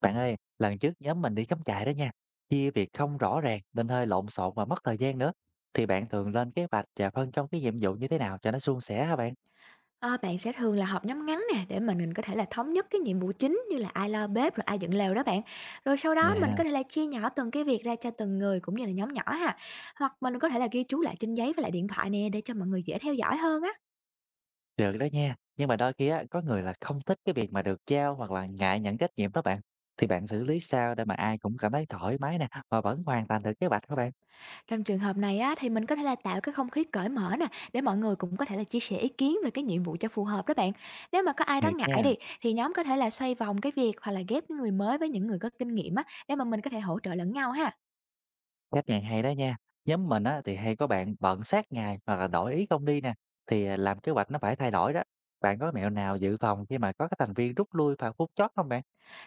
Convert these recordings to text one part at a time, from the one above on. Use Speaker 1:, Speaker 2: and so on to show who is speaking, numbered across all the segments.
Speaker 1: Bạn ơi, lần trước nhóm mình đi cắm trại đó nha, chia việc không rõ ràng nên hơi lộn xộn và mất thời gian nữa. Thì bạn thường lên kế hoạch và phân công cái nhiệm vụ như thế nào cho nó suôn sẻ hả bạn?
Speaker 2: Ờ, Bạn sẽ thường là họp nhóm ngắn nè để mà mình có thể là thống nhất cái nhiệm vụ chính, như là ai lo bếp rồi ai dựng lều đó bạn. Rồi sau
Speaker 1: Dạ,
Speaker 2: đó mình có thể là chia nhỏ từng cái việc ra cho từng người cũng như là nhóm nhỏ ha. Hoặc mình có thể là ghi chú lại trên giấy và lại điện thoại nè, để cho mọi người dễ theo dõi hơn á.
Speaker 1: được đó nha. Nhưng mà đôi khi á, có người là không thích cái việc mà được trao hoặc là ngại nhận trách nhiệm đó bạn. Thì bạn xử lý sao để mà ai cũng cảm thấy thoải mái nè và vẫn hoàn thành được kế hoạch các bạn?
Speaker 2: Trong trường hợp này á, thì mình có thể là tạo cái không khí cởi mở nè để mọi người cũng có thể là chia sẻ ý kiến về cái nhiệm vụ cho phù hợp đó bạn. Nếu mà có ai đó
Speaker 1: Được
Speaker 2: ngại
Speaker 1: nha.
Speaker 2: đi thì nhóm có thể là xoay vòng cái việc, hoặc là ghép cái người mới với những người có kinh nghiệm á, để mà mình có thể hỗ trợ lẫn nhau ha.
Speaker 1: Cách này hay đó nha. Nhóm mình á, thì hay có bạn bận sát ngày hoặc là đổi ý không đi nè. Thì làm kế hoạch nó phải thay đổi đó. Bạn có mẹo nào dự phòng khi mà có cái thành viên rút lui vào phút chót không bạn?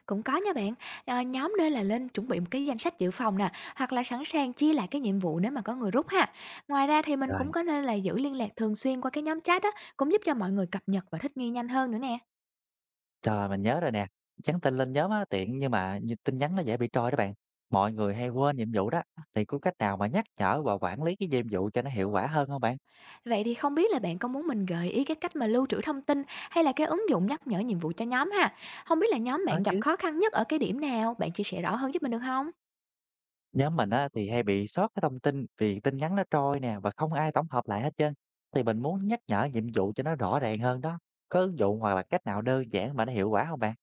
Speaker 2: Cũng có nha bạn, nhóm nên là lên chuẩn bị một cái danh sách dự phòng nè, hoặc là sẵn sàng chia lại cái nhiệm vụ nếu mà có người rút ha. Ngoài ra thì mình
Speaker 1: Rồi.
Speaker 2: cũng có nên là giữ liên lạc thường xuyên qua cái nhóm chat á, cũng giúp cho mọi người cập nhật và thích nghi nhanh hơn nữa nè.
Speaker 1: Trời, mình nhớ rồi nè. Nhắn tin lên nhóm á, tiện nhưng mà nhìn tin nhắn nó dễ bị trôi đó bạn. Mọi người hay quên nhiệm vụ đó. Thì có cách nào mà nhắc nhở và quản lý cái nhiệm vụ cho nó hiệu quả hơn không bạn?
Speaker 2: Vậy thì không biết là bạn có muốn mình gợi ý cái cách mà lưu trữ thông tin, hay là cái ứng dụng nhắc nhở nhiệm vụ cho nhóm ha? Không biết là nhóm
Speaker 1: Có
Speaker 2: bạn gặp
Speaker 1: chứ.
Speaker 2: khó khăn nhất ở cái điểm nào, bạn chia sẻ rõ hơn giúp mình được không?
Speaker 1: Nhóm mình á, thì hay bị sót cái thông tin vì tin nhắn nó trôi nè và không ai tổng hợp lại hết trơn. Thì mình muốn nhắc nhở nhiệm vụ cho nó rõ ràng hơn đó. Có ứng dụng hoặc là cách nào đơn giản mà nó hiệu quả không bạn?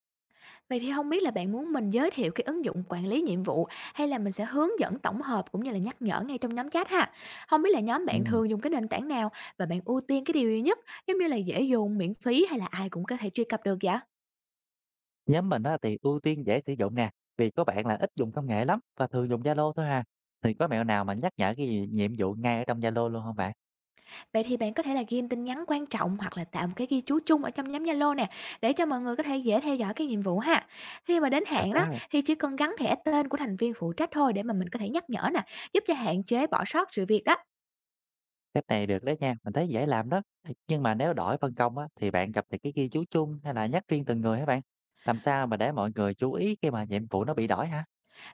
Speaker 2: Vậy thì không biết là bạn muốn mình giới thiệu cái ứng dụng quản lý nhiệm vụ, hay là mình sẽ hướng dẫn tổng hợp cũng như là nhắc nhở ngay trong nhóm chat ha? Không biết là nhóm bạn
Speaker 1: Ừ.
Speaker 2: thường dùng cái nền tảng nào và bạn ưu tiên cái điều gì nhất, giống như là dễ dùng, miễn phí, hay là ai cũng có thể truy cập được vậy?
Speaker 1: Nhóm mình á, thì ưu tiên dễ sử dụng nè vì có bạn là ít dùng công nghệ lắm và thường dùng Zalo thôi ha. Thì có mẹo nào mà nhắc nhở nhiệm vụ ngay ở trong Zalo luôn không bạn?
Speaker 2: Vậy thì bạn có thể là ghim tin nhắn quan trọng, hoặc là tạo một cái ghi chú chung ở trong nhóm Zalo nè, để cho mọi người có thể dễ theo dõi cái nhiệm vụ ha. Khi mà đến
Speaker 1: Được
Speaker 2: hạn đó
Speaker 1: đó.
Speaker 2: thì chỉ cần gắn thẻ tên của thành viên phụ trách thôi, để mà mình có thể nhắc nhở nè, giúp cho hạn chế bỏ sót sự việc đó.
Speaker 1: Cách này được đấy nha, mình thấy dễ làm đó. Nhưng mà nếu đổi phân công á, thì bạn cập nhật cái ghi chú chung hay là nhắc riêng từng người hả bạn? Làm sao mà để mọi người chú ý khi mà nhiệm vụ nó bị đổi hả?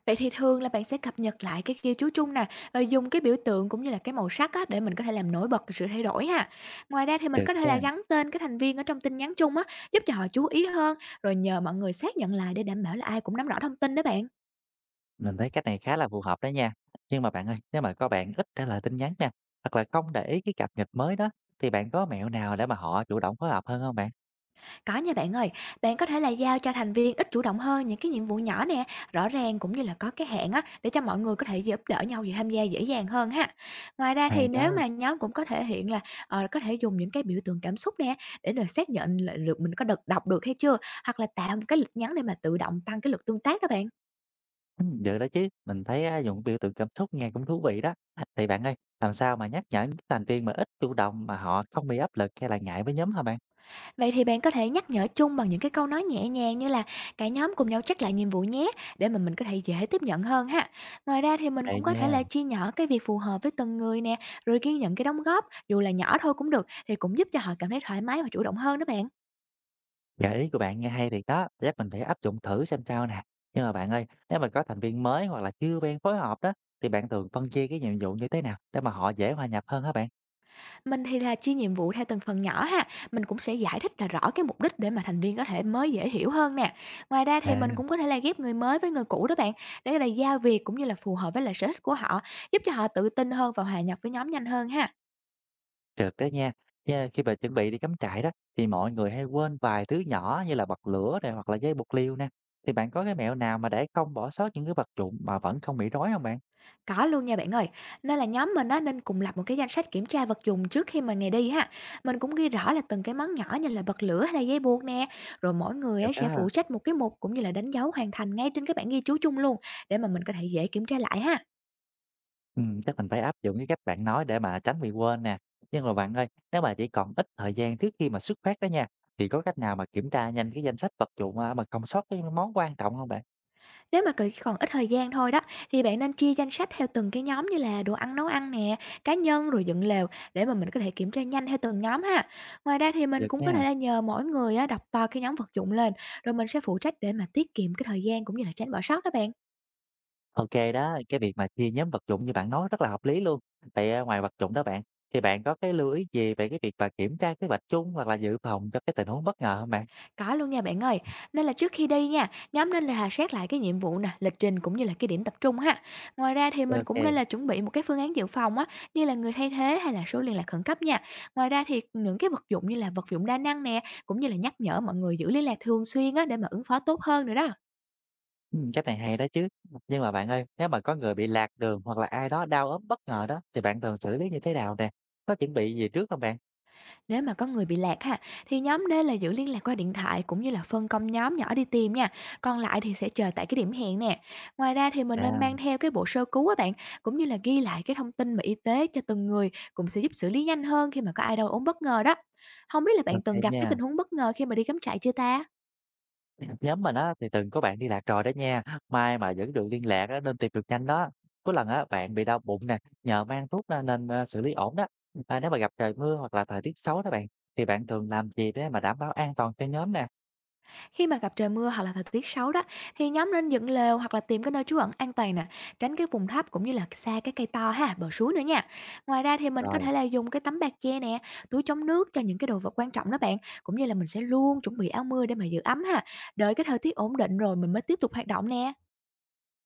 Speaker 2: Vậy thì thường là bạn sẽ cập nhật lại cái ghi chú chung nè, và dùng cái biểu tượng cũng như là cái màu sắc á, để mình có thể làm nổi bật cái sự thay đổi ha. Ngoài ra thì mình
Speaker 1: Được
Speaker 2: có thể là
Speaker 1: nha,
Speaker 2: gắn tên cái thành viên ở trong tin nhắn chung á, giúp cho họ chú ý hơn, rồi nhờ mọi người xác nhận lại để đảm bảo là ai cũng nắm rõ thông tin đó bạn.
Speaker 1: mình thấy cách này khá là phù hợp đó nha. Nhưng mà bạn ơi, nếu mà có bạn ít trả lời tin nhắn nha, hoặc là không để ý cái cập nhật mới đó, thì bạn có mẹo nào để mà họ chủ động phối hợp hơn không bạn?
Speaker 2: Có nha bạn ơi, bạn có thể là giao cho thành viên ít chủ động hơn những cái nhiệm vụ nhỏ nè, rõ ràng cũng như là có cái hạn á, để cho mọi người có thể giúp đỡ nhau và tham gia dễ dàng hơn ha. Ngoài ra thì
Speaker 1: Hay
Speaker 2: nếu
Speaker 1: đó.
Speaker 2: mà nhóm cũng có thể hiện là có thể dùng những cái biểu tượng cảm xúc nè để được xác nhận là được mình có được đọc được hay chưa, hoặc là tạo một cái lịch nhắn để mà tự động tăng cái lực tương tác đó bạn.
Speaker 1: Được đó chứ, mình thấy á, dùng biểu tượng cảm xúc nghe cũng thú vị đó. Thì bạn ơi, làm sao mà nhắc nhở những thành viên mà ít chủ động mà họ không bị áp lực hay là ngại với nhóm hả bạn?
Speaker 2: Vậy thì bạn có thể nhắc nhở chung bằng những cái câu nói nhẹ nhàng, như là cả nhóm cùng nhau check lại nhiệm vụ nhé, để mà mình có thể dễ tiếp nhận hơn ha. Ngoài ra thì mình
Speaker 1: Hay
Speaker 2: cũng có thể là
Speaker 1: nha.
Speaker 2: chia nhỏ cái việc phù hợp với từng người nè, rồi ghi nhận cái đóng góp, dù là nhỏ thôi cũng được, thì cũng giúp cho họ cảm thấy thoải mái và chủ động hơn đó bạn.
Speaker 1: Gợi ý của bạn nghe hay thì đó, chắc mình phải áp dụng thử xem sao nè. Nhưng mà bạn ơi, nếu mà có thành viên mới hoặc là chưa quen phối hợp đó, thì bạn thường phân chia cái nhiệm vụ như thế nào để mà họ dễ hòa nhập hơn hả bạn?
Speaker 2: Mình thì là chia nhiệm vụ theo từng phần nhỏ ha, mình cũng sẽ giải thích là rõ cái mục đích để mà thành viên có thể mới dễ hiểu hơn nè. Ngoài ra thì mình
Speaker 1: À,
Speaker 2: cũng có thể là ghép người mới với người cũ đó bạn, để là giao việc cũng như là phù hợp với lại sở thích của họ, giúp cho họ tự tin hơn và hòa nhập với nhóm nhanh hơn ha.
Speaker 1: được đó nha. Nha, khi mà chuẩn bị đi cắm trại đó, thì mọi người hay quên vài thứ nhỏ như là bật lửa này hoặc là dây buộc liêu nè. Thì bạn có cái mẹo nào mà để không bỏ sót những cái vật dụng mà vẫn không bị rối không bạn?
Speaker 2: Có luôn nha bạn ơi. Nên là nhóm mình á nên cùng lập một cái danh sách kiểm tra vật dụng trước khi mà ngày đi ha. Mình cũng ghi rõ là từng cái món nhỏ như là bật lửa hay là dây buộc nè, rồi mỗi người
Speaker 1: Được
Speaker 2: á sẽ
Speaker 1: đó.
Speaker 2: phụ trách một cái mục cũng như là đánh dấu hoàn thành ngay trên cái bảng ghi chú chung luôn, để mà mình có thể dễ kiểm tra lại ha.
Speaker 1: Chắc mình phải áp dụng cái cách bạn nói để mà tránh bị quên nè. Nhưng mà bạn ơi, nếu mà chỉ còn ít thời gian trước khi mà xuất phát đó nha, thì có cách nào mà kiểm tra nhanh cái danh sách vật dụng, mà không sót cái món quan trọng không bạn?
Speaker 2: Nếu mà cì còn ít thời gian thôi đó, thì bạn nên chia danh sách theo từng cái nhóm như là đồ ăn, nấu ăn nè, cá nhân, rồi dựng lều, để mà mình có thể kiểm tra nhanh theo từng nhóm ha. Ngoài ra thì mình
Speaker 1: Được
Speaker 2: cũng có
Speaker 1: nha.
Speaker 2: thể là nhờ mỗi người á đọc to cái nhóm vật dụng lên, rồi mình sẽ phụ trách, để mà tiết kiệm cái thời gian cũng như là tránh bỏ sót đó bạn.
Speaker 1: OK đó, cái việc mà chia nhóm vật dụng như bạn nói rất là hợp lý luôn. Vậy, ngoài vật dụng đó bạn, thì bạn có cái lưu ý gì về cái việc mà kiểm tra kế hoạch chung hoặc là dự phòng cho cái tình huống bất ngờ không bạn?
Speaker 2: Có luôn nha bạn ơi. Nên là trước khi đi nha, nhóm nên là rà soát lại cái nhiệm vụ nè, lịch trình cũng như là cái điểm tập trung ha. Ngoài ra thì mình cũng
Speaker 1: OK.
Speaker 2: nên là chuẩn bị một cái phương án dự phòng á, như là người thay thế hay là số liên lạc khẩn cấp nha. Ngoài ra thì những cái vật dụng như là vật dụng đa năng nè, cũng như là nhắc nhở mọi người giữ liên lạc thường xuyên á, để mà ứng phó tốt hơn nữa đó.
Speaker 1: Cách này hay đó chứ. Nhưng mà bạn ơi, nếu mà có người bị lạc đường hoặc là ai đó đau ốm bất ngờ đó, thì bạn thường xử lý như thế nào nè? Có chuẩn bị gì trước không bạn?
Speaker 2: Nếu mà có người bị lạc ha, thì nhóm nên là giữ liên lạc qua điện thoại cũng như là phân công nhóm nhỏ đi tìm nha. Còn lại thì sẽ chờ tại cái điểm hẹn nè. Ngoài ra thì mình
Speaker 1: À,
Speaker 2: nên mang theo cái bộ sơ cứu á bạn, cũng như là ghi lại cái thông tin mà y tế cho từng người, cũng sẽ giúp xử lý nhanh hơn khi mà có ai đâu ốm bất ngờ đó. Không biết là
Speaker 1: ô
Speaker 2: bạn từng gặp cái tình
Speaker 1: nha.
Speaker 2: huống bất ngờ khi mà đi cắm trại chưa ta?
Speaker 1: Nhóm mình á, thì từng có bạn đi lạc rồi đó nha, may mà vẫn được liên lạc á, nên tìm được nhanh đó. Có lần á, bạn bị đau bụng nè, nhờ mang thuốc nên nên, ơ, xử lý ổn đó. À, nếu mà gặp trời mưa hoặc là thời tiết xấu đó bạn, thì bạn thường làm gì để mà đảm bảo an toàn cho nhóm nè?
Speaker 2: Khi mà gặp trời mưa hoặc là thời tiết xấu đó, thì nhóm nên dựng lều hoặc là tìm cái nơi trú ẩn an toàn nè, tránh cái vùng thấp cũng như là xa cái cây to ha, bờ suối nữa nha. Ngoài ra thì mình có
Speaker 1: Rồi.
Speaker 2: thể là dùng cái tấm bạc che nè, túi chống nước cho những cái đồ vật quan trọng đó bạn, cũng như là mình sẽ luôn chuẩn bị áo mưa để mà giữ ấm ha. Đợi cái thời tiết ổn định rồi mình mới tiếp tục hoạt động nè.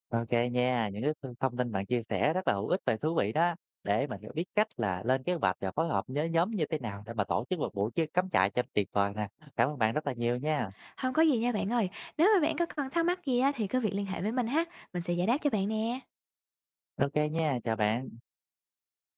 Speaker 1: OK nha, những cái thông tin bạn chia sẻ rất là hữu ích và thú vị đó, để mình biết cách là lên kế hoạch và phối hợp với nhóm như thế nào để mà tổ chức một buổi chơi cắm trại cho tuyệt vời nè. Cảm ơn bạn rất là nhiều nha.
Speaker 2: Không có gì nha bạn ơi, nếu mà bạn có còn thắc mắc gì á, thì cứ việc liên hệ với mình ha, mình sẽ giải đáp cho bạn nè.
Speaker 1: OK nha, chào bạn.